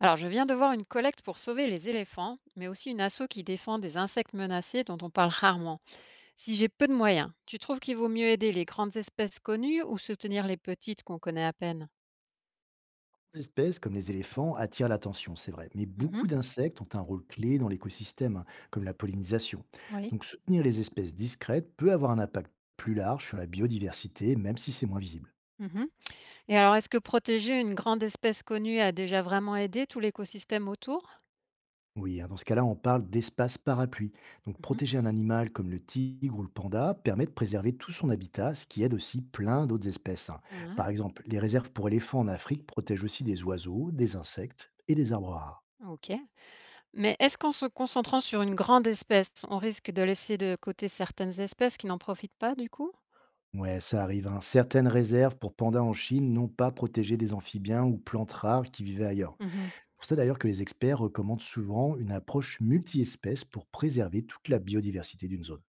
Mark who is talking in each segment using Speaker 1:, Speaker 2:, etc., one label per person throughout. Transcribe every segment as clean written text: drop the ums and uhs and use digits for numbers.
Speaker 1: Alors, je viens de voir une collecte pour sauver les éléphants, mais aussi une asso qui défend des insectes menacés dont on parle rarement. Si j'ai peu de moyens, tu trouves qu'il vaut mieux aider les grandes espèces connues ou soutenir les petites qu'on connaît à peine.
Speaker 2: Certaines espèces, comme les éléphants, attirent l'attention, c'est vrai, mais
Speaker 1: Mhm.
Speaker 2: beaucoup d'insectes ont un rôle clé dans l'écosystème, hein, comme la pollinisation.
Speaker 1: Oui.
Speaker 2: Donc soutenir les espèces discrètes peut avoir un impact plus large sur la biodiversité, même si c'est moins visible.
Speaker 1: Mhm. Et alors, est-ce que protéger une grande espèce connue a déjà vraiment aidé tout l'écosystème autour?
Speaker 2: Oui, hein, dans ce cas-là, on parle d'espace parapluie. Donc
Speaker 1: Mhm.
Speaker 2: protéger un animal comme le tigre ou le panda permet de préserver tout son habitat, ce qui aide aussi plein d'autres espèces, hein.
Speaker 1: Ah,
Speaker 2: Par exemple, les réserves pour éléphants en Afrique protègent aussi des oiseaux, des insectes et des arbres rares.
Speaker 1: ok. Mais est-ce qu'en se concentrant sur une grande espèce, on risque de laisser de côté certaines espèces qui n'en profitent pas du coup?
Speaker 2: Ouais, ça arrive, hein. Certaines réserves pour pandas en Chine n'ont pas protégé des amphibiens ou plantes rares qui vivaient ailleurs.
Speaker 1: Mhm.
Speaker 2: C'est pour ça d'ailleurs que les experts recommandent souvent une approche multi-espèces pour préserver toute la biodiversité d'une zone.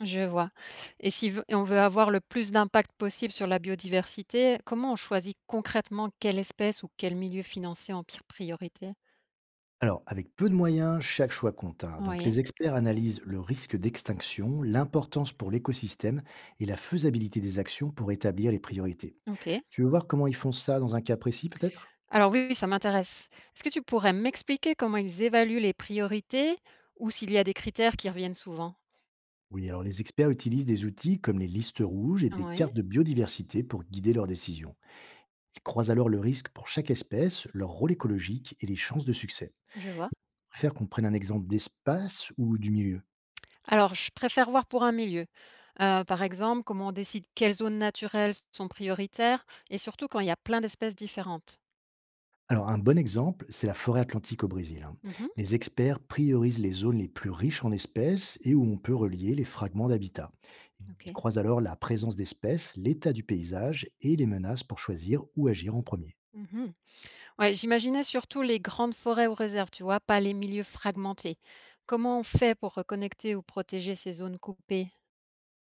Speaker 1: Je vois. Et si v- on veut avoir le plus d'impact possible sur la biodiversité, comment on choisit concrètement quelle espèce ou quel milieu financer en pire priorité?
Speaker 2: Alors, avec peu de moyens, chaque choix compte, hein. Donc, les
Speaker 1: Oui,
Speaker 2: experts analysent le risque d'extinction, l'importance pour l'écosystème et la faisabilité des actions pour établir les priorités.
Speaker 1: ok.
Speaker 2: Tu veux voir comment ils font ça dans un cas précis, peut-être?
Speaker 1: Alors oui, oui, ça m'intéresse. Est-ce que tu pourrais m'expliquer comment ils évaluent les priorités ou s'il y a des critères qui reviennent souvent?
Speaker 2: Oui, alors les experts utilisent des outils comme les listes rouges et des
Speaker 1: Oui,
Speaker 2: cartes de biodiversité pour guider leurs décisions. Ils croisent alors le risque pour chaque espèce, leur rôle écologique et les chances de succès.
Speaker 1: je vois.
Speaker 2: Préfère qu'on prenne un exemple d'espace ou du milieu?
Speaker 1: Alors, je préfère voir pour un milieu. Par exemple, comment on décide quelles zones naturelles sont prioritaires et surtout quand il y a plein d'espèces différentes.
Speaker 2: Alors un bon exemple, c'est la forêt atlantique au Brésil, hein.
Speaker 1: Mhm,
Speaker 2: Les experts priorisent les zones les plus riches en espèces et où on peut relier les fragments d'habitat. Ils
Speaker 1: ok.
Speaker 2: croisent alors la présence d'espèces, l'état du paysage et les menaces pour choisir où agir en premier.
Speaker 1: Mhm. Ouais, j'imaginais surtout les grandes forêts ou réserves, tu vois, pas les milieux fragmentés. Comment on fait pour reconnecter ou protéger ces zones coupées?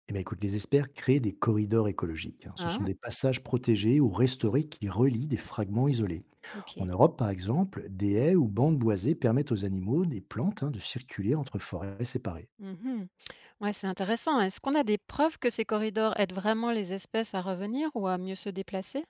Speaker 2: Eh bien, écoute, les experts créent des corridors écologiques, hein. Ce sont
Speaker 1: Ah,
Speaker 2: des passages protégés ou restaurés qui relient des fragments isolés. En
Speaker 1: ok.
Speaker 2: Europe, par exemple, des haies ou bandes boisées permettent aux animaux, des plantes, hein, de circuler entre forêts séparées.
Speaker 1: Mhm. Ouais, c'est intéressant. Est-ce qu'on a des preuves que ces corridors aident vraiment les espèces à revenir ou à mieux se déplacer?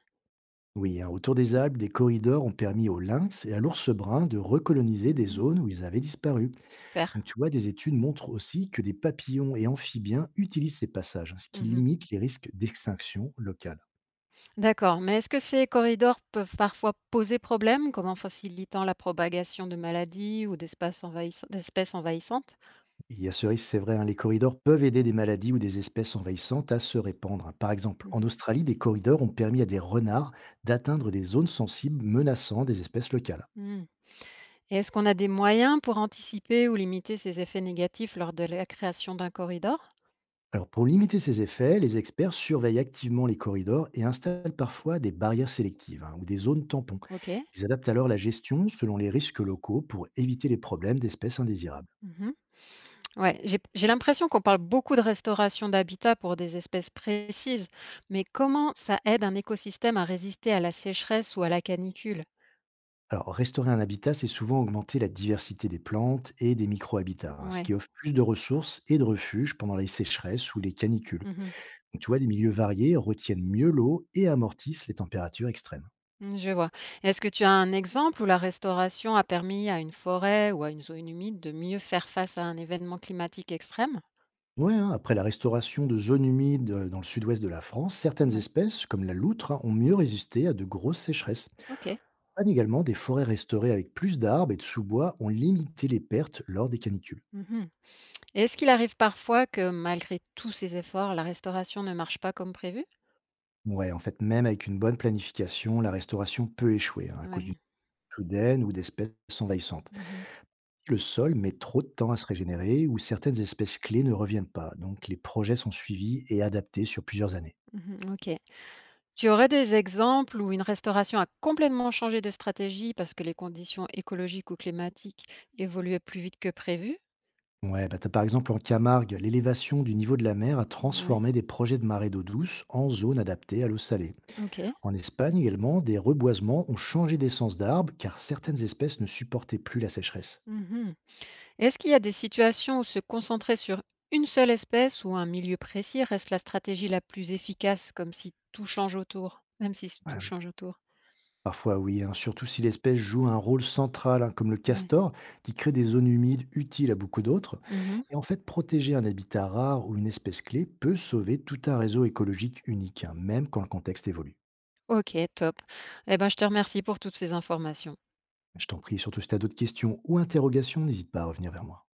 Speaker 2: Oui, hein, autour des Alpes, des corridors ont permis aux lynx et à l'ours brun de recoloniser des
Speaker 1: Mhm.
Speaker 2: zones où ils avaient disparu.
Speaker 1: Super.
Speaker 2: Donc tu vois, des études montrent aussi que des papillons et amphibiens utilisent ces passages, hein, ce qui
Speaker 1: Mhm.
Speaker 2: limite les risques d'extinction locale.
Speaker 1: D'accord. Mais est-ce que ces corridors peuvent parfois poser problème, comme en facilitant la propagation de maladies ou d'espèces envahissantes?
Speaker 2: Il y a ce risque, c'est vrai, hein, les corridors peuvent aider des maladies ou des espèces envahissantes à se répandre, hein. Par exemple, en Australie, des corridors ont permis à des renards d'atteindre des zones sensibles menaçant des espèces locales.
Speaker 1: Mhm. Et est-ce qu'on a des moyens pour anticiper ou limiter ces effets négatifs lors de la création d'un corridor?
Speaker 2: Alors pour limiter ces effets, les experts surveillent activement les corridors et installent parfois des barrières sélectives, hein, ou des zones tampons.
Speaker 1: OK.
Speaker 2: Ils adaptent alors la gestion selon les risques locaux pour éviter les problèmes d'espèces indésirables.
Speaker 1: Mmh. Ouais, j'ai l'impression qu'on parle beaucoup de restauration d'habitat pour des espèces précises, mais comment ça aide un écosystème à résister à la sécheresse ou à la canicule?
Speaker 2: Alors restaurer un habitat, c'est souvent augmenter la diversité des plantes et des micro-habitats, hein, ce qui
Speaker 1: Ouais.
Speaker 2: offre plus de ressources et de refuges pendant les sécheresses ou les canicules.
Speaker 1: Mmh mh.
Speaker 2: Donc, tu vois, des milieux variés retiennent mieux l'eau et amortissent les températures extrêmes.
Speaker 1: Mmh, je vois. Est-ce que tu as un exemple où la restauration a permis à une forêt ou à une zone humide de mieux faire face à un événement climatique extrême?
Speaker 2: Ouais, hein, après la restauration de zones humides dans le sud-ouest de la France, certaines
Speaker 1: Ouais.
Speaker 2: espèces, comme la loutre, hein, ont mieux résisté à de grosses sécheresses.
Speaker 1: OK.
Speaker 2: Et également, des forêts restaurées avec plus d'arbres et de sous-bois ont limité les pertes lors des canicules.
Speaker 1: Mmh. Et est-ce qu'il arrive parfois que malgré tous ces efforts, la restauration ne marche pas comme prévu?
Speaker 2: Ouais, en fait, même avec une bonne planification, la restauration peut échouer, hein, à cause d'une
Speaker 1: Oui.
Speaker 2: chute soudaine ou d'espèces envahissantes.
Speaker 1: Mmh mh.
Speaker 2: Si le sol met trop de temps à se régénérer ou certaines espèces clés ne reviennent pas, donc les projets sont suivis et adaptés sur plusieurs années.
Speaker 1: Mmh, OK. Tu aurais des exemples où une restauration a complètement changé de stratégie parce que les conditions écologiques ou climatiques évoluaient plus vite que prévu?
Speaker 2: Ouais, bah t'as par exemple en Camargue, l'élévation du niveau de la mer a
Speaker 1: Oui.
Speaker 2: transformé des projets de marée d'eau douce en zones adaptées à l'eau salée.
Speaker 1: OK.
Speaker 2: En Espagne également, des reboisements ont changé d'essence d'arbres car certaines espèces ne supportaient plus la sécheresse.
Speaker 1: Mmh. Est-ce qu'il y a des situations où se concentrer sur une seule espèce ou un milieu précis reste la stratégie la plus efficace, comme si tout change autour? Même si tout
Speaker 2: Ouais,
Speaker 1: change autour?
Speaker 2: parfois oui, hein, surtout si l'espèce joue un rôle central, hein, comme le
Speaker 1: Ouais.
Speaker 2: castor, qui crée des zones humides utiles à beaucoup d'autres.
Speaker 1: Mmh.
Speaker 2: Et en fait, protéger un habitat rare ou une espèce clé peut sauver tout un réseau écologique unique, hein, même quand le contexte évolue.
Speaker 1: OK, top. Eh ben, je te remercie pour toutes ces informations.
Speaker 2: Je t'en prie, surtout si tu as d'autres questions ou interrogations, n'hésite pas à revenir vers moi.